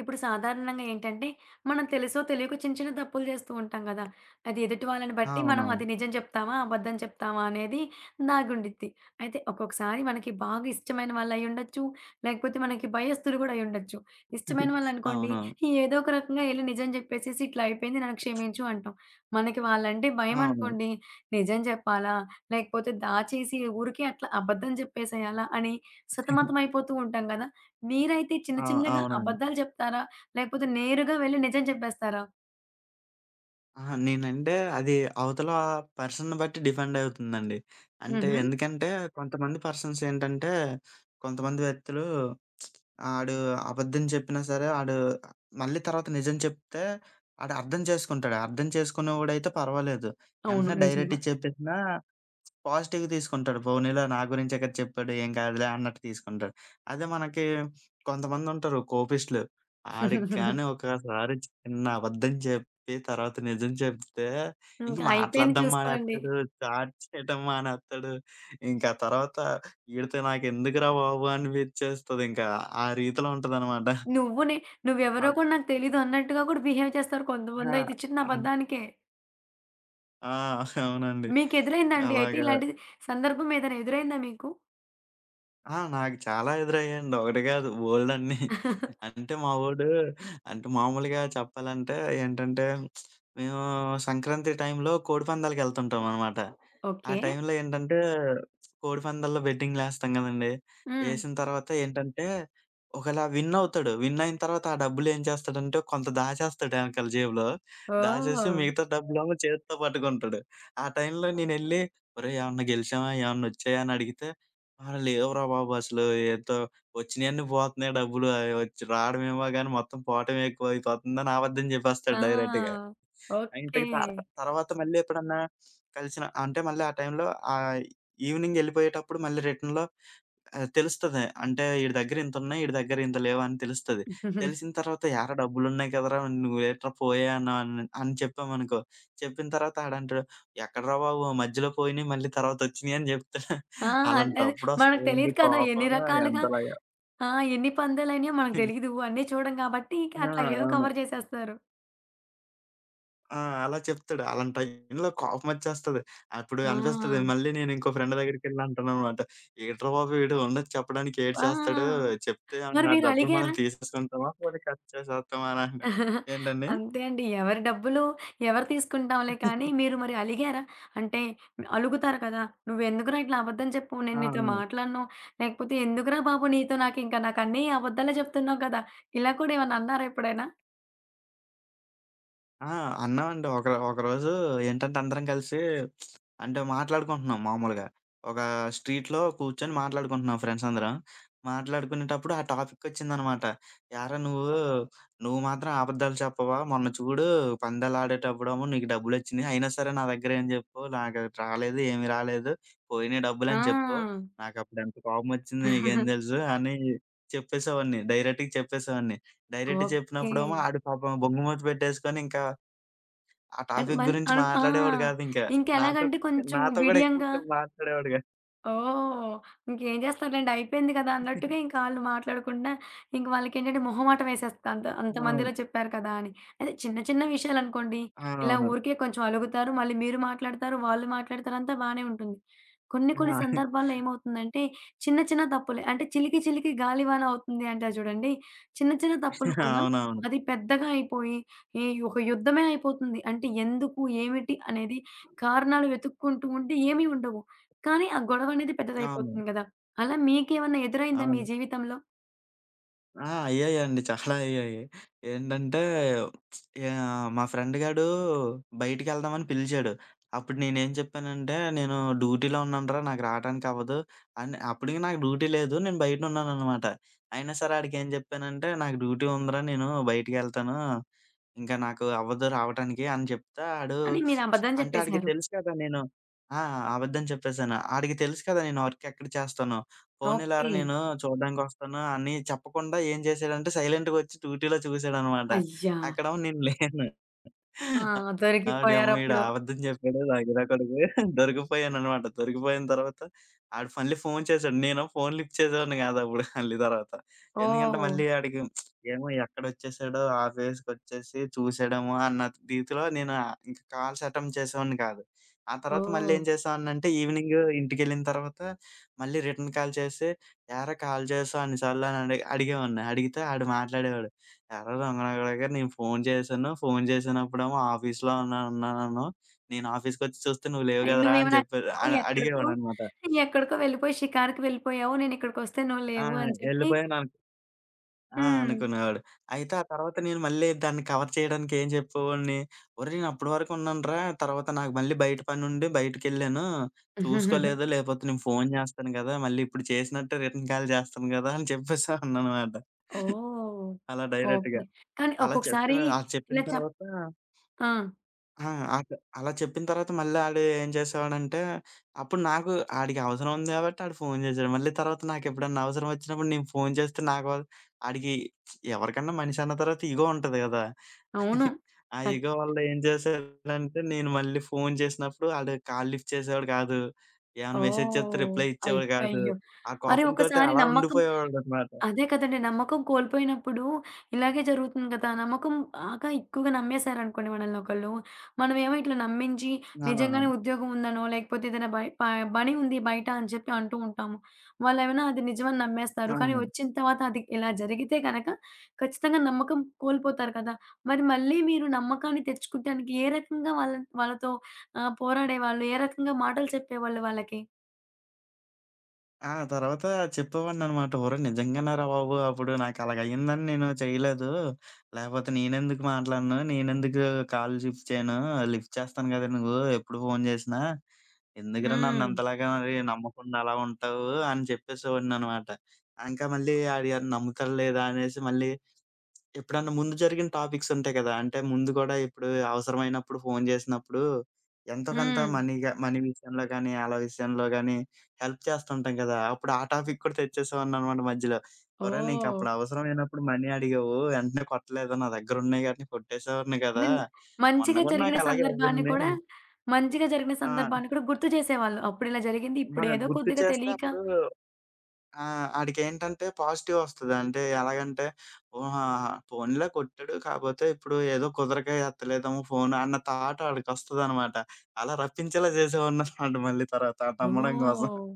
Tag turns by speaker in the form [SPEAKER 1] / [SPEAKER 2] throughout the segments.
[SPEAKER 1] ఇప్పుడు సాధారణంగా ఏంటంటే, మనం తెలుసో తెలియకో చిన్న చిన్న తప్పులు చేస్తూ ఉంటాం గదా! అది ఎదుటి వాళ్ళని బట్టి మనం
[SPEAKER 2] అవునవును.
[SPEAKER 1] అది నిజం చెప్తామా? అబద్ధం చెప్తామా? అనేది దాగుండిద్ది. అయితే ఒక్కొక్కసారి మనకి బాగా ఇష్టమైన వాళ్ళయ్యుండొచ్చు, లేకపోతే మనకి భయస్థులు గూడా అయ్యుండొచ్చు. ఇష్టమైన వాళ్ళనుకోండి,
[SPEAKER 2] అవునవును.
[SPEAKER 1] ఏదో ఒక రకంగా ఎళ్లి నిజం చెప్పేసేసి, "ఇట్లా అయిపోయింది నన్ను క్షమించు" అంటాం. మనకి వాళ్ళంటే
[SPEAKER 2] అవును.
[SPEAKER 1] భయమనుకోండి, నిజం చెప్పాలా? లేకపోతే దాచేసి ఊరికే అట్లా అబద్ధం చెప్పేసేయాలా? అని సతమతమైపోతూ ఉంటాం గదా! మీరైతే చిన్న
[SPEAKER 2] ఆ!
[SPEAKER 1] చిన్నగా
[SPEAKER 2] అవునండి.
[SPEAKER 1] అబద్ధాలు చెప్తారా? లేకపోతే నేరుగా వెళ్లి నిజం చెప్పేస్తారా?
[SPEAKER 2] అహా! నేనంటే అది అవతల పర్సన్‌ని బట్టి డిపెండ్ అవుతుందండి. అంటే
[SPEAKER 1] హుహు.
[SPEAKER 2] ఎందుకంటే కొంతమంది పర్సన్స్ ఏంటంటే కొంతమంది వ్యక్తులు ఆడు అబద్ధం చెప్పినా సరే ఆడు మళ్ళీ తర్వాత నిజం చెప్తే ఆడు అర్థం చేసుకుంటాడు. అర్థం చేసుకునేవాడైతే పర్వాలేదు.
[SPEAKER 1] అవును.
[SPEAKER 2] ఎంటనే
[SPEAKER 1] నిజంగా.
[SPEAKER 2] డైరెక్ట్‌గా చెప్పేసినా పాజిటివ్‌గా తీసుకుంటాడు. పోనీలే నా గురించే కదా చెప్పాడు. ఏం కాదులే అన్నట్టు తీసుకుంటాడు. అదే మనకి కొంతమందుంటారు కోపిష్ఠులు. ఆడికి గాని ఒకసారి చిన్న అబద్ధం చెప్పి తర్వాత నిజం చెప్తే ఇంక
[SPEAKER 1] ఇంకా అయిపోయింది
[SPEAKER 2] మాట్లాడడం
[SPEAKER 1] చూసుకోండి.
[SPEAKER 2] మానేత్తాడు. చాట్ చేయడం మానేత్తాడు. ఇంకా తర్వాత ఈడితో నాకెందుకురా బాబు అనిపిచ్చేస్తది ఇంకా. ఆ రీతిలో ఉంటదనమాట.
[SPEAKER 1] నువ్వు నే నువ్వెవరో
[SPEAKER 2] వాళ్ళ
[SPEAKER 1] కూడా నాకు తెలీదు అన్నట్టుగా కూడా బిహేవ్ చేస్తారు
[SPEAKER 2] ఆ!
[SPEAKER 1] కొంతమందయితే చిన్న
[SPEAKER 2] అన్
[SPEAKER 1] అబద్ధానికే.
[SPEAKER 2] ఆ! అవునండి.
[SPEAKER 1] మీకెదురైందండి అయితే
[SPEAKER 2] అలాగా
[SPEAKER 1] ఇలాంటి సందర్భం ఏదైనా ఎదురైందా మీకు?
[SPEAKER 2] ఆ! నాకు చాలా ఎదురయ్యాయండి. ఒకటి కాదు బోలెడన్ని. అంటే మా వోడు అంటే మామూలుగా చెప్పాలంటే ఏంటంటే, మేము సంక్రాంతి టైంలో కోడి పందాలకెళ్తుంటామనమాట. ఆ
[SPEAKER 1] ఓకే.
[SPEAKER 2] టైంలో ఏంటంటే, కోడి పందాల్లో బెట్టింగులేస్తాం గదండీ!
[SPEAKER 1] హ్మ్.
[SPEAKER 2] ఏసిన తర్వాత ఏంటంటే, ఒకలా విన్ అవుతాడు. విన్ అయిన తర్వాత ఆ డబ్బులేం చేస్తాడంటే, కొంత దాచేస్తాడు ఎనకాల జేబులో. దాచేసి
[SPEAKER 1] ఓహ్!
[SPEAKER 2] మిగతా డబ్బులేమో చేత్తో పట్టుకుంటాడు. ఆ టైంలో నేనెళ్లి, "ఒరేయ్! ఏమన్నా గెలిచామా? ఏమన్నొచ్చాయా?" అని అడిగితే అహా! లేవురా బాబు అసలు. ఏదో వచ్చినయన్నీ పోతున్నాయి డబ్బులు. అయి వచ్చి రావడమేమో గాని మొత్తం పోవటమే ఎక్కువైపోతుందని అబద్ధం చెప్పేస్తాడు డైరెక్ట్‌గా.
[SPEAKER 1] ఆ!
[SPEAKER 2] ఆ!
[SPEAKER 1] ఓకే.
[SPEAKER 2] ఇంతకి తర తర్వాత మళ్ళీ ఎప్పుడన్నా కలిసిన అంటే మళ్ళీ ఆ టైంలో ఆహ్, ఈవెనింగ్ ఎళ్ళిపోయేటప్పుడు మళ్ళీ రిటర్న్‌లో ఆ! తెలుస్తది. అంటే ఈడి దగ్గర ఇంతున్నయి, ఈడి దగ్గర ఇంత లేవని తెలుస్తది. తెలిసిన తర్వాత "ఏరా డబ్బులున్నయి కదరా! నువ్వేట్రా పోయాయి" అన్నావని అని అని చెప్పామనుకో, చెప్పిన తర్వాత ఆడంటాడు, "ఎక్కడరా బాబు! మధ్యలో పోయినయి మళ్ళీ తర్వాత వచ్చినయి" అని చెప్తాడు.
[SPEAKER 1] ఆ! అదే మనకు
[SPEAKER 2] అలాంటప్పుడొస్తదండి
[SPEAKER 1] తెలీదు కదా! ఎన్ని
[SPEAKER 2] కోపం
[SPEAKER 1] రకాలుగా
[SPEAKER 2] ఎంతలాగా.
[SPEAKER 1] ఆ! ఎన్ని పందాలైనయో మనకు తెలీదు. అన్నీ చూడం కాబట్టి ఇక
[SPEAKER 2] ఆ!
[SPEAKER 1] అట్లా ఏదో
[SPEAKER 2] అవును.
[SPEAKER 1] కవర్ జేసేస్తారు.
[SPEAKER 2] ఆ! అలా చెప్తాడు. అలాంటి టైంలో కోపమొచ్చేస్తది. అప్పుడు అనిపిస్తది
[SPEAKER 1] ఆ!
[SPEAKER 2] మళ్ళీ నేను ఇంకో ఫ్రెండ్ దగ్గరికెళ్ళి అంటాననమాట. "ఏంట్రా బాబు వీడు ఉన్నది చెప్పడానికి ఏటి చేస్తాడు?
[SPEAKER 1] ఆ!
[SPEAKER 2] చెప్తే
[SPEAKER 1] మరి
[SPEAKER 2] ఆ
[SPEAKER 1] మీరు
[SPEAKER 2] డబ్బులు మనం
[SPEAKER 1] అలిగారా?
[SPEAKER 2] తీసేసుకుంటామా, పోనీ ఖర్చు చేసేస్తామా" అని. ఏంటండి?
[SPEAKER 1] అంతే అండి. ఎవరి డబ్బులు ఎవరు తీసుకుంటాంలే కానీ మీరు మరి అలిగారా? అంటే అలుగుతారు కదా! "నువ్వెందుకురా ఇట్లా అబద్ధం చెప్పు?
[SPEAKER 2] ఆ!
[SPEAKER 1] నేను నీతో
[SPEAKER 2] ఆ!
[SPEAKER 1] మాట్లాడను. లేకపోతే ఎందుకురా బాబు నీతో నాకన్నీ అబద్ధాలే చెప్తున్నావు కదా!" ఇలా కూడా ఏమన్నా అన్నారా ఎప్పుడైనా?
[SPEAKER 2] ఆ! అన్నామండి. ఒకరోజు ఏంటంటే అందరం కలిసి అంటే మాట్లాడుకుంటున్నాం మామూలుగా. ఒక స్ట్రీట్‌లో కూర్చొని మాట్లాడుకుంటున్నాం ఫ్రెండ్స్ అందరం. మాట్లాడుకునేటప్పుడు ఆ టాపికొచ్చిందనమాట. "ఏరా నువ్వు, నువ్వు మాత్రం అబద్ధాలు చెప్పవా? మొన్న చూడు పందాలాడేటప్పుడేమో నీకు డబ్బులొచ్చినియి. అయినా సరే నా దగ్గర ఏం చెప్పు? నాకు రాలేదు, ఏమి రాలేదు. పోయినయి డబ్బులని చెప్పు.
[SPEAKER 1] ఆ!
[SPEAKER 2] నాకప్పుడు ఎంత కోపమొచ్చింది నీకేం తెలుసు" అని చెప్పేసేవాడిని. డైరెక్ట్‌గా చెప్పేసేవాడిని. డైరెక్ట్‌గా
[SPEAKER 1] ఓకే.
[SPEAKER 2] చెప్పినప్పుడేమో ఆడు పాపం బొంగుమూతి పెట్టేసుకొని ఇంకా ఆ
[SPEAKER 1] అంటే
[SPEAKER 2] టాపిక్
[SPEAKER 1] మళ్ళీ
[SPEAKER 2] గురించి
[SPEAKER 1] అను ఆ!
[SPEAKER 2] మాట్లాడేవాడు గాదు ఇంకా. నాతో
[SPEAKER 1] ఇంకెలాగంటే కొంచెం
[SPEAKER 2] నాతో గూడా
[SPEAKER 1] బిడియంగా
[SPEAKER 2] ఎక్కువసేపు మాట్లాడేవాడు గాదు.
[SPEAKER 1] ఓహ్! ఇంకేం జేస్తారులెండి. అయిపోయింది గదా! అన్నట్టుగా ఇంక ఆళ్ళు మాట్లాడకుండా ఇంక వాళ్ళకేంటంటే మొహమాటం వేసేస్తది. అంతమందిలో
[SPEAKER 2] అవును.
[SPEAKER 1] చెప్పారు కదా! అని. అదే చిన్న చిన్న విషయాలనుకోండి.
[SPEAKER 2] ఆ!
[SPEAKER 1] ఇలా
[SPEAKER 2] అవును.
[SPEAKER 1] ఊరికే కొంచెం అలుగుతారు. మళ్ళీ మీరు మాట్లాడతారు, వాళ్ళు మాట్లాడతారు అంతా బానే ఉంటుంది. కొన్ని కొన్ని
[SPEAKER 2] ఆ!
[SPEAKER 1] సందర్భాల్లో ఏమవుతుందంటే చిన్న చిన్న తప్పులే అంటే చిలికి చిలికి గాలివాన అవుతుంది అంటారు చూడండి. చిన్న చిన్న తప్పులు కూడా
[SPEAKER 2] అవునవును.
[SPEAKER 1] అది పెద్దగా అయిపోయి ఈ ఒక యుద్ధమే అయిపోతుంది. అంటే ఎందుకు? ఏమిటి? అనేది కారణాలు వెతుక్కుంటూ ఉంటే ఏమి ఉండవు. కానీ ఆ గొడవనేది
[SPEAKER 2] అవును.
[SPEAKER 1] పెద్దదయిపోతుంది గదా! అలా మీకేమన్నా ఎదురైందా మీ
[SPEAKER 2] అవును.
[SPEAKER 1] జీవితంలో?
[SPEAKER 2] ఆ! అయ్యాయండి. చాలా అయ్యాయి. ఏంటంటే యాహ్! మా ఫ్రెండ్ గాడు బయటికెళ్దామని పిలిచాడు. అప్పుడు నేనేం చెప్పానంటే, "నేను డ్యూటీలో ఉన్నానురా నాకు రావటానికవ్వదు" అని అప్పటికి నాకు డ్యూటీ లేదు. నేను బయటనున్నాననమాట. అయినా సరే ఆడికేం జెప్పానంటే, "నాకు డ్యూటీ ఉందిరా నేను బయటికెళ్తాను" ఇంకా నాకు అవ్వదు రావటానికి అని చెప్తే ఆడు
[SPEAKER 1] అని మీరు అబద్ధం
[SPEAKER 2] అంటే ఆడికి
[SPEAKER 1] చెప్పేసారు.
[SPEAKER 2] తెలుసు కదా నేను ఆ! అబద్ధం చెప్పేసాను. ఆడికి తెలుసు కదా నేను వర్క్ ఎక్కడ చేస్తానో. పోనీలెరా
[SPEAKER 1] ఓకే.
[SPEAKER 2] నేను చూడ్డానికొస్తాను అని చెప్పకుండా ఏం చేశాడంటే సైలెంట్‌గొచ్చి డ్యూటీలో చూసాడనమాట.
[SPEAKER 1] అయ్యా!
[SPEAKER 2] అక్కడేమో నేను లేను.
[SPEAKER 1] ఆ!
[SPEAKER 2] ఆడేమో ఈడు
[SPEAKER 1] దొరికిపోయారప్పుడు.
[SPEAKER 2] అబద్ధం చెప్పాడు నా కొడుకు దొరికిపోయాననమాట. దొరికిపోయిన తర్వాత ఆడు మళ్ళీ ఫోన్ చేసాడు. నేను ఫోన్ లిఫ్ట్ చేసేవాడిని కాదప్పుడు మళ్ళీ తర్వాత. ఎందుకంటే
[SPEAKER 1] ఓహ్!
[SPEAKER 2] మళ్ళీ ఆడికి ఏమో ఎక్కడొచ్చేసాడో ఆఫీస్‌కొచ్చేసి చూసాడేమో అన్న రీతిలో నేను ఇంక కాల్స్ అటెంప్ట్ చేసేవాడిని కాదు. ఆ తర్వాత మళ్ళీ
[SPEAKER 1] ఓహ్!
[SPEAKER 2] ఏం చేసేవాడినంటే ఈవినింగ్ ఇంటికెళ్ళిన తర్వాత మళ్ళీ రిటర్న్ కాల్ చేసి, "ఏరా కాల్ చేసావు అన్ని సార్లు" అని అడిగేవాడిని. అడిగితే ఆడు మాట్లాడేవాడు. ఎర్ర రంగనగనగ నేను ఫోను చేశాను. ఫోను చేసినప్పుడేమో ఆఫీస్‌లో ఉన్నానను. నేను ఆఫీస్‌కొచ్చి చూస్తే నువ్వు లేవు
[SPEAKER 1] అయి
[SPEAKER 2] గదరా! అని
[SPEAKER 1] నువ్వేమైనా నువ్వు
[SPEAKER 2] అని
[SPEAKER 1] ఎక్కడికో,
[SPEAKER 2] అడిగేవాడనమాట.
[SPEAKER 1] ఎక్కడికో వెళ్ళిపోయి షికారుకి వెళ్ళిపోయావు. నేనిక్కడికొస్తే నువ్వు
[SPEAKER 2] ఆ!
[SPEAKER 1] లేవు అని చెప్పి
[SPEAKER 2] ఎళ్ళిపోయానను ఆ!
[SPEAKER 1] హ్మ్.
[SPEAKER 2] అనుకునేవాడు. అయితే ఆ తర్వాత నేను మళ్ళీ దాన్ని కవర్ చేయడానికి ఏం చెప్పేవాడిని, ఒరేయ్! నేను అప్పటి వరకు ఉన్నానురా. తర్వాత నాకు మళ్ళీ బయట పనుండి బయటికెళ్ళాను. చూసుకోలేదు. లేపోతే నేను ఫోను చేస్తాను గదా! మళ్ళీ ఇప్పుడు చేసినట్టే రిటర్న్ కాల్ చేస్తాను గదా! అని చెప్పేసేవాడిననమాట.
[SPEAKER 1] ఓహ్!
[SPEAKER 2] అలా డైరెక్ట్‌గా.
[SPEAKER 1] ఓకే. కానీ
[SPEAKER 2] అలా చెప్పిన
[SPEAKER 1] ఒక్కొక్కసారి
[SPEAKER 2] అది చెప్పిన
[SPEAKER 1] ఇలా చెప్
[SPEAKER 2] తర్వాత
[SPEAKER 1] ఆ!
[SPEAKER 2] ఆ! అట్ అలా చెప్పిన తర్వాత మళ్ళీ ఆడు ఏం చేసేవాడంటే, అప్పుడు నాకు ఆడికి అవసరం ఉంది కాబట్టి ఆడు ఫోను చేసాడు. మళ్ళీ తర్వాత నాకెప్పుడన్నా అవసరం వచ్చినప్పుడు నేను ఫోను చేస్తే నా గోల ఆడికి ఎవరికన్నా మనిషి అన్న తర్వాత ఇగో ఉంటది గదా!
[SPEAKER 1] అవును.
[SPEAKER 2] ఆ
[SPEAKER 1] ఖచ్
[SPEAKER 2] ఇగో వల్ల ఏం చేశాడంటే, నేను మళ్ళీ ఫోను చేసినప్పుడు ఆడు కాల్ లిఫ్ట్ చేసేవాడు కాదు. ఏమన్నా మెసేజ్ చేస్తే
[SPEAKER 1] ఓహ్!
[SPEAKER 2] రిప్లై ఇచ్చేవాడు కాదు.
[SPEAKER 1] అయ్యయ్యో!
[SPEAKER 2] ఆ
[SPEAKER 1] మరి
[SPEAKER 2] కోపంతోటి
[SPEAKER 1] ఒకసారి
[SPEAKER 2] అలా
[SPEAKER 1] నమ్మకం
[SPEAKER 2] ఉండిపోయేవాడనమాట.
[SPEAKER 1] అదే కదండీ! నమ్మకం కోల్పోయినప్పుడు ఇలాగే జరుగుతుంది కదా! నమ్మకం బాగా ఎక్కువగా నమ్మేశారనుకోండి మనల్నొకళ్ళు. మనమేమో ఇట్లా నమ్మించి
[SPEAKER 2] ఆ!
[SPEAKER 1] నిజంగానే ఉద్యోగం ఉందనో, లేకపోతే ఏదైనా బై ప పని ఉంది బయట అని చెప్పి అంటూ ఉంటాము. వాళ్ళేమైనా అది నిజమని నమ్మేస్తారు. కానీ
[SPEAKER 2] అవును.
[SPEAKER 1] వచ్చిన తర్వాత అది ఇలా జరిగితే గనక ఖచ్చితంగా నమ్మకం కోల్పోతారు కదా! మరి మళ్ళీ మీరు నమ్మకాన్ని తెచ్చుకుంటానికి ఏ రకంగా వాళ్ళతో ఆహ్, పోరాడేవాళ్ళు? ఏ రకంగా మాటలు చెప్పేవాళ్ళు వాళ్ళకి?
[SPEAKER 2] ఆ! తర్వాత చెప్పేవాడిననమాట. ఒరేయ్! నిజంగానేరా బాబు! అప్పుడు నాకలాగయ్యిందని నేను చేయలేదు. లేపోతే నేనెందుకు మాట్లాడను? నేనెందుకు కాల్ లిఫ్ట్ చేయను? లిఫ్ట్ చేస్తాను గదా! నువ్వు ఎప్పుడు ఫోను చేసినా. ఎందుకురా
[SPEAKER 1] హ్మ్.
[SPEAKER 2] నన్నంతలాగా మరి నమ్మకుండా అలా ఉంటావు? అని చెప్పేసేవాడిననమాట. ఇంకా మళ్ళీ ఆడు నమ్ముతాడా లేదా అనేసి మళ్ళీ ఎప్పుడన్నా ముందు జరిగిన టాపిక్స్ ఉంటాయి కదా! అంటే ముందు గూడా ఇప్పుడు అవసరమైనప్పుడు ఫోను జేసినప్పుడు ఎంతో కొంత
[SPEAKER 1] హ్మ్.
[SPEAKER 2] మనీగా మనీ విషయంలో గానీ, ఆళ్ళ విషయంలో గానీ హెల్ప్ చేస్తుంటాం కదా! అప్పుడు ఆ టాపిక్ కూడా తెచ్చేసేవాడిననమాట మధ్యలో. ఒరేయ్!
[SPEAKER 1] ఓహ్!
[SPEAKER 2] నీకప్పుడు అవసరమైనప్పుడు మనీ అడిగావు, వెంటనే కొట్టలేదు నా దగ్గరున్నాయి గాని కొట్టేసేవాడిని
[SPEAKER 1] అంటే
[SPEAKER 2] కదా! మొన్న
[SPEAKER 1] మంచిగా
[SPEAKER 2] గూడా
[SPEAKER 1] జరిగిన
[SPEAKER 2] నాకు అలాగే
[SPEAKER 1] సందర్భాన్ని
[SPEAKER 2] అవ్వింది.
[SPEAKER 1] కూడా మంచిగా జరిగిన
[SPEAKER 2] ఆ!
[SPEAKER 1] సందర్భాన్ని కూడా గుర్తు చేసేవాళ్ళు. అప్పుడిలా జరిగింది.
[SPEAKER 2] ఆ!
[SPEAKER 1] ఇప్పుడేదో
[SPEAKER 2] గుర్తు
[SPEAKER 1] కొద్దిగా
[SPEAKER 2] చేస్తే
[SPEAKER 1] తెలియక
[SPEAKER 2] అప్పుడు ఆ! ఆడికేంటంటే పాజిటివ్ ఒస్తది. అంటే ఎలాగంటే, ఓహా! పోనీలే కొట్టాడు. కాపోతే ఇప్పుడు ఏదో కుదరక ఎత్తలేదేమో ఫోను అన్న థాట్ ఆడికొస్తదనమాట. అలా రప్పించేలా చేసేవాడిననమాట మళ్ళీ తర్వాత ఆ నమ్మడం కోసం.
[SPEAKER 1] ఓహ్!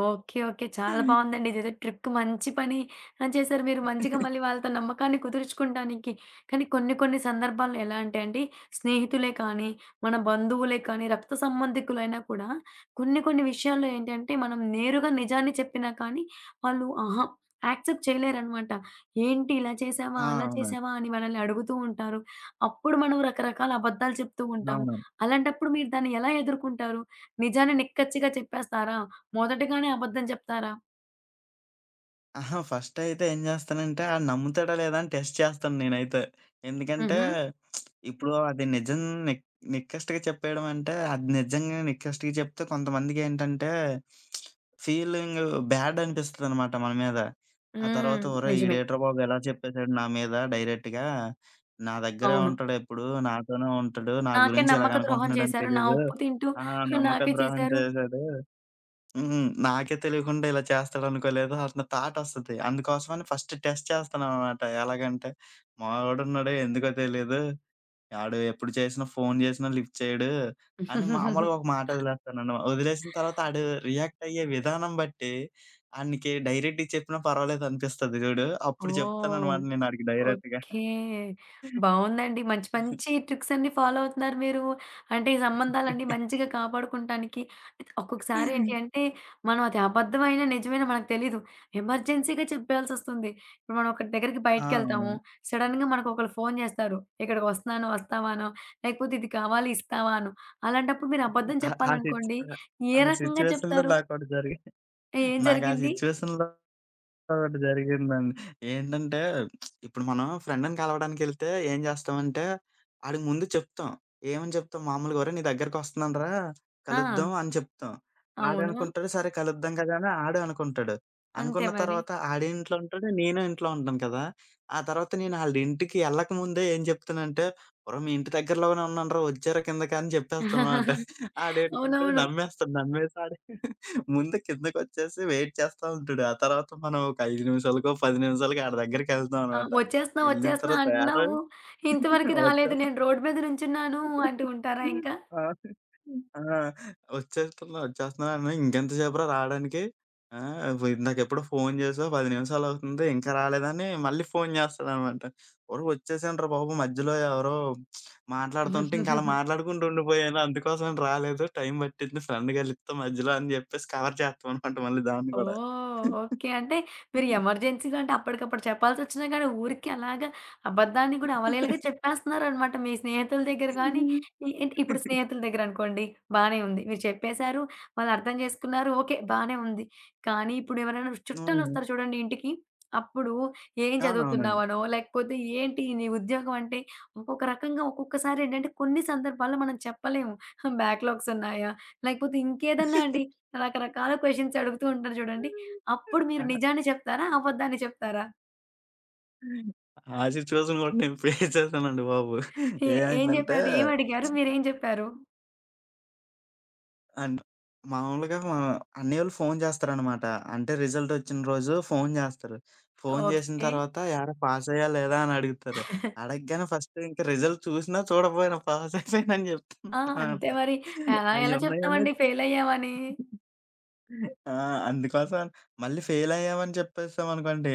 [SPEAKER 1] ఓకే. ఓకే. చాలా బావుందండి. ఇదేదో ట్రిక్ మంచి పని ఆహ్, చేశారు మీరు. మంచిగా మళ్ళీ వాళ్ళతో నమ్మకాన్ని కుదుర్చుకుంటానికి. కానీ కొన్ని కొన్ని సందర్భాల్లో ఎలా అంటే అండి, స్నేహితులే కానీ, మన బంధువులే కానీ, రక్త సంబంధికులైనా కూడా కొన్ని కొన్ని విషయాల్లో ఏంటంటే, మనం నేరుగా నిజాన్ని చెప్పినా కానీ వాళ్ళు అహా! యాక్సెప్ట్ చేయలేరనమాట. ఏంటి ఇలా చేశావా?
[SPEAKER 2] ఆ!
[SPEAKER 1] అలా
[SPEAKER 2] అవునండి.
[SPEAKER 1] చేశావా? అని మనల్ని అడుగుతూ ఉంటారు. అప్పుడు మనం రకరకాల అబద్ధాలు చెప్తూ ఉంటాము.
[SPEAKER 2] అవును.
[SPEAKER 1] అలాంటప్పుడు మీరు దాన్ని ఎలా ఎదుర్కుంటారు? నిజాన్ని నిక్కచ్చిగా చెప్పేస్తారా? మొదటగానే అబద్ధం చెప్తారా?
[SPEAKER 2] అహా! ఫస్టయితే ఏం జేస్తానంటే, ఆడు నమ్ముతాడా లేదా అని టెస్ట్ చేస్తాను నేనైతే. ఎందుకంటే,
[SPEAKER 1] హుహు.
[SPEAKER 2] ఇప్పుడు అది నిజం నిక్ నిక్కచ్చిగా చెప్పేయడం అంటే, అది నిజంగా నిక్కచ్చిగా చెప్తే కొంతమందికేంటంటే, ఫీలింగు బ్యాడ్ అనిపిస్తదనమాట మన మీద. ఆ తర్వాత
[SPEAKER 1] హ్మ్.
[SPEAKER 2] ఒరేయ్!
[SPEAKER 1] నిజమే.
[SPEAKER 2] ఈడేట్రా బాబు ఎలా చెప్పేసాడు నా మీద డైరెక్ట్‌గా. నా దగ్గరే
[SPEAKER 1] అవును.
[SPEAKER 2] ఉంటాడెప్పుడు, నాతోనే ఉంటాడు, నా
[SPEAKER 1] నాకే
[SPEAKER 2] గురించి
[SPEAKER 1] నమ్మక ద్రోహం
[SPEAKER 2] ఇలాగనుకుంటున్నాడని
[SPEAKER 1] చేశారు. నా
[SPEAKER 2] తెలీదు.
[SPEAKER 1] ఉప్పు తింటూ
[SPEAKER 2] ఆ! నమ్మక
[SPEAKER 1] నాకే
[SPEAKER 2] ద్రోహం
[SPEAKER 1] చేశారు.
[SPEAKER 2] చేశాడు. హ్మ్. నాకే తెలియకుండా ఇలా చేస్తాడనుకోలేదు. అన్న థాటొస్తది. అందుకోసమని ఫస్ట్ టెస్ట్ చేస్తాననమాట. ఎలాగంటే, మావోడున్నాడే ఎందుకో తెలీదు. ఆడు ఎప్పుడు చేసినా ఫోను చేసినా లిఫ్ట్ చేయడు అని మామూలుగా ఒక మాట వదిలేసిన తర్వాత ఆడు రియాక్ట్ అయ్యే విధానం బట్టి ఆనికి డైరెక్ట్‌గా చెప్పినా పర్వాలేదనిపిస్తది చూడు. అప్పుడు
[SPEAKER 1] ఓహ్!
[SPEAKER 2] చెప్తానన్నమాట నేను ఆడికి డైరెక్ట్‌గా.
[SPEAKER 1] ఓకే. బావుందండి. మంచి మంచి ట్రిక్స్ అన్నీ ఫాలో అవుతున్నారు మీరు. అంటే ఈ సంబంధాలన్నీ మంచిగా కాపాడుకుంటానికి ఒక్కొక్కసారి ఏంటి అంటే, మనం అది అబద్ధమైన, నిజమైన మనకు తెలీదు. ఎమర్జెన్సీగా చెప్పేయాల్సొస్తుంది. ఇప్పుడు మనం ఒకరి దగ్గరికి
[SPEAKER 2] ఆ! అవును.
[SPEAKER 1] బయటికెళ్తాము. సడెన్‌గా మనకు ఒకళ్ళు ఫోను చేస్తారు. "ఇక్కడికొస్తున్నాను వస్తావా?" అనో, లేకపోతే "ఇది కావాలి ఇస్తావా?" అనో. అలాంటప్పుడు మీరు అబద్ధం
[SPEAKER 2] ఆ ఆ సిచ్
[SPEAKER 1] చెప్పాలనుకోండి,
[SPEAKER 2] ఆ
[SPEAKER 1] ఏ
[SPEAKER 2] ఆ
[SPEAKER 1] రకంగా
[SPEAKER 2] సిట్యుయేషన్‌లో
[SPEAKER 1] చెప్తారు?
[SPEAKER 2] నాకోటి జరిగి
[SPEAKER 1] ఏం
[SPEAKER 2] నాకు ఆ
[SPEAKER 1] జరిగింది?
[SPEAKER 2] సిట్యుయేషన్‌లో ఒకటి జరిగిందండి. ఏంటంటే ఇప్పుడు మనం ఫ్రెండ్‌ని కలవడానికెళ్తే ఏం చేస్తామంటే, ఆడికి ముందు చెప్తాం. ఏమని చెప్తాం మామూలుగా "ఒరేయ్! నీ దగ్గరికొస్తున్నాను రా
[SPEAKER 1] ఆ!
[SPEAKER 2] కలుద్దాం" అని చెప్తాం.
[SPEAKER 1] అవును.
[SPEAKER 2] ఆడనుకుంటాడు సరే కలుద్దాం కదా! అని ఆడే అనుకుంటాడు.
[SPEAKER 1] అంతే
[SPEAKER 2] అనుకున్న
[SPEAKER 1] మరి.
[SPEAKER 2] తర్వాత ఆడింట్లో ఉంటాడు, నేను ఇంట్లో ఉంటాను కదా! ఆ తర్వాత నేను ఆళ్ళ ఇంటికి ఎళ్ళకముందే ఏం చెప్తానంటే, "ఒరేయ్! మీ ఇంటి దగ్గరలోనే ఉన్నానురా వచ్చేరా కిందకి" అని చెప్పేస్తానమాట. ఆడేంటంటే
[SPEAKER 1] అవునవును.
[SPEAKER 2] నమ్మేస్తాడు. నమ్మేసి ఆడు ముందు కిందకొచ్చేసి వెయిట్ చేస్తా ఉంటాడు. ఆ తర్వాత మనం ఒక 5 నిమిషాలకో, 10 నిమిషాలకో ఆడి దగ్గరికెళ్తాం
[SPEAKER 1] ఆ!
[SPEAKER 2] అనమాట.
[SPEAKER 1] "వచ్చేస్తున్నా,
[SPEAKER 2] ఎళ్ళిన
[SPEAKER 1] వచ్చేస్తున్నా"
[SPEAKER 2] తర్వాత ఏరా!
[SPEAKER 1] అంటున్నావు. ఇంతవరకు రాలేదు.
[SPEAKER 2] వచ్చేస్తున్నాను.
[SPEAKER 1] నేను రోడ్డు మీద నుంచున్నాను అంటూ ఉంటారా ఇంకా?
[SPEAKER 2] ఆ! ఆ! వచ్చేస్తున్నా, వచ్చేస్తున్నా అన్నా ఇంకెంత సేపురా రావడానికి? ఆ! ఇందాకెప్పుడో ఫోను చేసావు 10 నిమిషాలవుతుంది ఇంకా రాలేదని మళ్ళీ ఫోను చేస్తాడనమాట. ఒరేయ్! వచ్చేసానురా బాబు మధ్యలో ఎవరో మాట్లాడుతుంటే ఇంక అలా మాట్లాడుకుంటూ ఉండిపోయాను. అందుకోసమని రాలేదు. టైం పట్టింది ఫ్రెండ్ కలిస్తే మధ్యలో అని చెప్పేసి కవర్ చేస్తామనమాట మళ్ళీ దాన్ని గూడా.
[SPEAKER 1] ఓహ్! ఓకే. అంటే మీరు ఎమర్జెన్సీ‌గా అంటే అప్పటికప్పుడు చెప్పాల్సొచ్చినా గానీ, ఊరికే అలాగా అబద్ధాన్ని గూడా అవలీలగా చెప్పేస్తున్నారనమాట. మీ స్నేహితుల దగ్గర గానీ,
[SPEAKER 2] హ్మ్.
[SPEAKER 1] ఏంటి ఇప్పుడు స్నేహితుల దగ్గరనుకోండి బానే ఉంది. మీరు చెప్పేశారు, వాళ్ళర్థం జేసుకున్నారు. ఓకే. బానే ఉంది. కానీ ఇప్పుడు ఎవరైనా చుట్టాలొస్తారు చూడండి ఇంటికి, అప్పుడు ఏం
[SPEAKER 2] ఆ! అవునండి.
[SPEAKER 1] చదువుతున్నావనో, లేకపోతే ఏంటి నీ ఉద్యోగం అంటే, ఒక్కొక్క రకంగా ఒక్కొక్కసారేంటంటే కొన్ని సందర్భాల్లో మనం చెప్పలేము. బ్యాక్‌లాగ్స్ ఉన్నాయా? లేకపోతే ఇంకేదన్నా అండి. రకరకాల క్వెషన్స్ అడుగుతూ ఉంటారు చూడండి. అప్పుడు
[SPEAKER 2] ఆ!
[SPEAKER 1] మీరు నిజాన్ని చెప్తారా? అబద్ధాన్ని చెప్తారా?
[SPEAKER 2] ఆ సిట్యుయేషన్ కూడా నేను ఫేస్ చేశానండి బాబు.
[SPEAKER 1] ఏ ఏం
[SPEAKER 2] ఏమైందంటే
[SPEAKER 1] చెప్పారు? ఏం అడిగారు? మీరేం చెప్పారు?
[SPEAKER 2] అండ్ మామూలుగా మా అన్నయ్యోళ్ళు ఫోన్ చేస్తారనమాట. అంటే రిజల్ట్ వచ్చిన రోజు ఫోన్ చేస్తారు. ఫోన్ చేసిన
[SPEAKER 1] ఓకే.
[SPEAKER 2] తర్వాత "ఏరా పాస్ అయ్యావా లేదా?" అని అడుగుతారు. అడగగానే ఫస్ట్ ఇంక రిజల్ట్ చూసినా చూడకపోయినా పాస్ అయిపోయానని
[SPEAKER 1] ఆ!
[SPEAKER 2] చెప్తాననమాట.
[SPEAKER 1] అంతే మరి. అలా ఎలా
[SPEAKER 2] అయ్యున్నాయని
[SPEAKER 1] చెప్తామండి ఫెయిల్ అయ్యామని.
[SPEAKER 2] ఆ! అందుకోసం మళ్ళీ ఫెయిలయ్యామని చెప్పేసామనుకోండి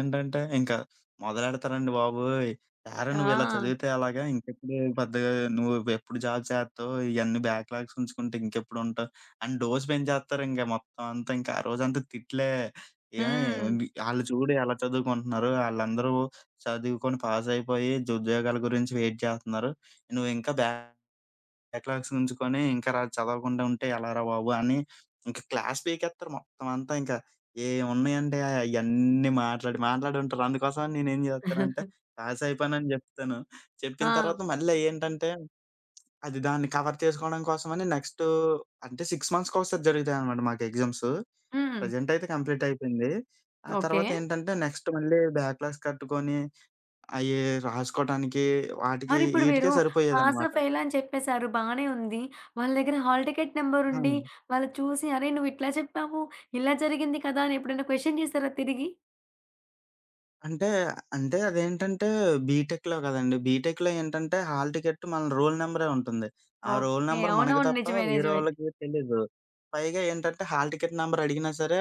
[SPEAKER 2] ఏంటంటే, ఇంకా మొదలెడతారండి బాబోయ్! "ఏరా నువ్విలా
[SPEAKER 1] ఆ!
[SPEAKER 2] చదివితే ఎలాగా? ఇంకెప్పుడు పెద్దగా నువ్వెప్పుడు జాబ్ చేత్తావు? ఇయన్నీ బ్యాక్‌లాగ్స్ ఉంచుకుంటే ఇంకెప్పుడుంటావు?" అని డోస్ పెంచేస్తారింక మొత్తం అంతా. ఇంక ఆ రోజంతా తిట్లే. "ఏం
[SPEAKER 1] హ్మ్.
[SPEAKER 2] ఆళ్ళు చూడు ఎలా చదువుకుంటున్నారు. ఆళ్ళందరూ చదువుకొని పాసయిపోయి ఉద్యోగాల గురించి వెయిట్ చేత్తన్నారు. నువ్వింకా బ్యా" ఎకలాక్స్ ఉంచుకొని ఇంకా రా చదవకుండా ఉంటే ఎలారా బాబు అని ఇంకా క్లాస్ పీకేత్తారు మొత్తం అంతా ఇంకా. ఏమున్నాయండి అయన్నీ మాట్లాడి, మాట్లాడి ఉంటారు. అందుకోసమని నేనేం జేస్తానంటే పాస్ అయిపోయానని జెప్తాను. చెప్పిన
[SPEAKER 1] ఆ!
[SPEAKER 2] తర్వాత మళ్ళీ ఏంటంటే దాన్ని కవర్ చేసుకోవడం కోసమని నెక్స్ట్ అంటే 6 మంత్స్‌కొకసారి జరుగుతాయన్నమాట మాకు ఎగ్జామ్స్.
[SPEAKER 1] హ్మ్.
[SPEAKER 2] ప్రెజెంట్ అయితే కంప్లీట్ అయిపోయింది. ఆ
[SPEAKER 1] ఓకే.
[SPEAKER 2] తర్వాత ఏంటంటే నెక్స్ట్ మళ్ళీ బ్యాక్‌లాగ్స్ కట్టుకొని అయి రాసుకోవటానికి వాటికి
[SPEAKER 1] మరిప్పుడు మీరు
[SPEAKER 2] ఈటికే
[SPEAKER 1] పాసా,
[SPEAKER 2] సరిపోయేదన్నమాట.
[SPEAKER 1] ఫెయిలా అని చెప్పేసారు. బానే ఉంది. వాళ్ళ దగ్గర హాల్ టికెట్ నంబర్
[SPEAKER 2] ఆ!
[SPEAKER 1] ఉండి, వాళ్ళు చూసి "అరె! నువ్వు ఇట్లా చెప్పావు. ఇలా జరిగింది కదా!" అని ఎప్పుడైనా క్వెషన్ చేసారా తిరిగి?
[SPEAKER 2] అంటే, అంటే, అదేంటంటే బీటెక్‌లో కదండీ! బీటెక్‌లో ఏంటంటే హాల్ టికెట్ మన రోల్ నంబరే ఉంటుంది. ఆ రోల్
[SPEAKER 1] ఓకే.
[SPEAKER 2] నంబర్ మనకి
[SPEAKER 1] అవునవును.
[SPEAKER 2] తప్ప
[SPEAKER 1] నిజమే.
[SPEAKER 2] వేరే
[SPEAKER 1] నిజమే.
[SPEAKER 2] వాళ్ళకి తెలీదు. పైగా ఏంటంటే హాల్ టికెట్ నంబర్ అడిగినా సరే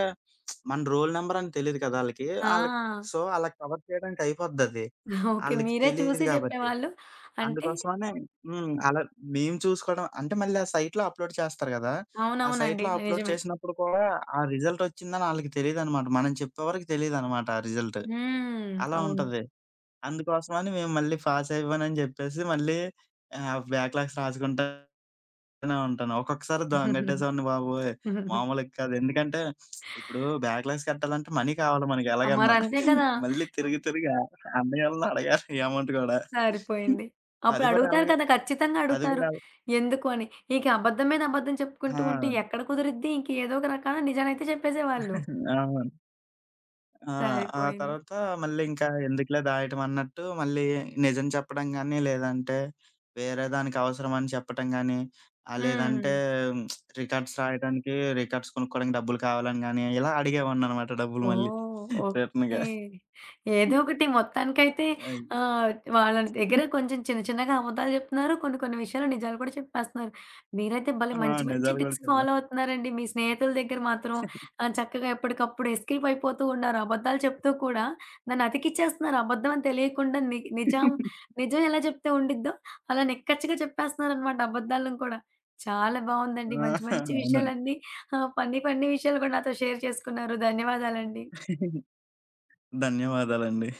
[SPEAKER 2] మన రోల్ నంబర్ అని తెలీదు కదా! ఆళ్ళకి.
[SPEAKER 1] ఆ!
[SPEAKER 2] ఆళ్ళకి సో, అలా కవర్ చేయడానికి అయిపోద్దది.
[SPEAKER 1] ఓకే.
[SPEAKER 2] ఆళ్ళకి
[SPEAKER 1] మీరే
[SPEAKER 2] తెలీదు
[SPEAKER 1] చూసి
[SPEAKER 2] కాబట్టి.
[SPEAKER 1] చెప్పేవాళ్ళు. అంటే
[SPEAKER 2] అందుకోసమనే హ్మ్. అలా మేము చూసుకోవడం అంటే మళ్ళీ ఆ సైట్‌లో అప్‌లోడ్ చేస్తారు కదా! ఆ
[SPEAKER 1] అవునవునండి.
[SPEAKER 2] సైట్‌లో అప్‌లోడ్
[SPEAKER 1] నిజమే.
[SPEAKER 2] చేసినప్పుడు కూడా ఆ రిజల్ట్ వచ్చిందని ఆళ్ళకి తెలీదనమాట. మనం చెప్పే వరకు తెలీదనమాట ఆ రిజల్ట్.
[SPEAKER 1] హ్మ్.
[SPEAKER 2] అలా
[SPEAKER 1] అవును.
[SPEAKER 2] ఉంటది. అందుకోసమని మేము మళ్ళీ పాస్ అయిపోయానని జెప్పేసి మళ్ళీ ఆహ్, బ్యాక్‌లాగ్స్ రాసుకుంటానే ఉంటాను. ఒక్కొక్కసారి దొంగెట్టేసావండి బాబోయ్! మామూలుగా కాదు. ఎందుకంటే ఇప్పుడు బ్యాక్‌లాగ్స్ కట్టాలంటే మనీ కావాలి మనకి
[SPEAKER 1] ఆ!
[SPEAKER 2] ఎలాగన్నా.
[SPEAKER 1] మరంతే కదా!
[SPEAKER 2] మళ్ళీ తిరిగి తిరిగి ఆ అన్నయ్యోళ్ళని అడగాలి అమౌంట్ గూడా.
[SPEAKER 1] సరిపోయింది.
[SPEAKER 2] అది
[SPEAKER 1] అప్పుడు
[SPEAKER 2] గూడా
[SPEAKER 1] అడుగుతారు
[SPEAKER 2] అలాగే
[SPEAKER 1] కదా! ఖచ్చితంగా
[SPEAKER 2] అది
[SPEAKER 1] అడుగుతారు.
[SPEAKER 2] గూడా
[SPEAKER 1] ఎందుకు అని. ఇక అబద్ధం మీద అబద్ధం చెప్పుకుంటూ ఉంటే
[SPEAKER 2] ఆ!
[SPEAKER 1] ఎక్కడ కుదిరిద్ది? ఇంక ఏదో ఒక రకాన నిజాలైతే చెప్పేసేవాళ్ళు.
[SPEAKER 2] అవును. ఆ! ఆ
[SPEAKER 1] సరిపోయింది.
[SPEAKER 2] తర్వాత మళ్ళీ ఇంకా ఎందుకులే దాయటం అన్నట్టు మళ్ళీ నిజం చెప్పడం గాని, లేదంటే వేరే దానికి అవసరమని చెప్పటం గాని,
[SPEAKER 1] హ్మ్.
[SPEAKER 2] లేదంటే రికార్డ్స్ రాయడానికి రికార్డ్స్ కొనుక్కోవడానికి డబ్బులు కావాలని గాని, ఇలా అడిగేవాడిననమాట డబ్బులు మళ్ళీ
[SPEAKER 1] ఓహ్! ఓకే.
[SPEAKER 2] రిటర్న్‌గా.
[SPEAKER 1] ఏదో ఒకటి మొత్తానికైతే
[SPEAKER 2] అయి
[SPEAKER 1] ఆహ్, వాళ్ళ దగ్గర కొంచెం చిన్న చిన్నగా అబద్ధాలు జెప్తున్నారు. కొన్ని కొన్ని విషయాలు నిజాలు కూడా చెప్పేస్తున్నారు. మీరైతే భలే
[SPEAKER 2] ఆ!
[SPEAKER 1] మంచి మంచి
[SPEAKER 2] నిజాలు గూడా
[SPEAKER 1] టిప్స్
[SPEAKER 2] చెప్పా.
[SPEAKER 1] ఫాలో అవుతున్నారండి. మీ స్నేహితుల దగ్గర మాత్రం ఆహ్, చక్కగా ఎప్పటికప్పుడు ఎస్కేప్ అయిపోతూ ఉన్నారు. అబద్ధాలు చెప్తూ కూడా దాన్ని అతికిచ్చేస్తున్నారు. అబద్ధం అని తెలియకుండా నిజం నిజం ఎలా చెప్తే ఉండిద్దో అలా నిక్కచ్చిగా చెప్పేస్తున్నారనమాట అబద్ధాలను కూడా. చాలా బావుందండి.
[SPEAKER 2] ఆ!
[SPEAKER 1] మంచి మంచి
[SPEAKER 2] అవునండి.
[SPEAKER 1] విషయాలన్నీ ఆ! ఫన్నీ ఫన్నీ విషయాలు కూడా నాతో షేర్ చేసుకున్నారు. ధన్యవాదాలండి.
[SPEAKER 2] ధన్యవాదాలండి.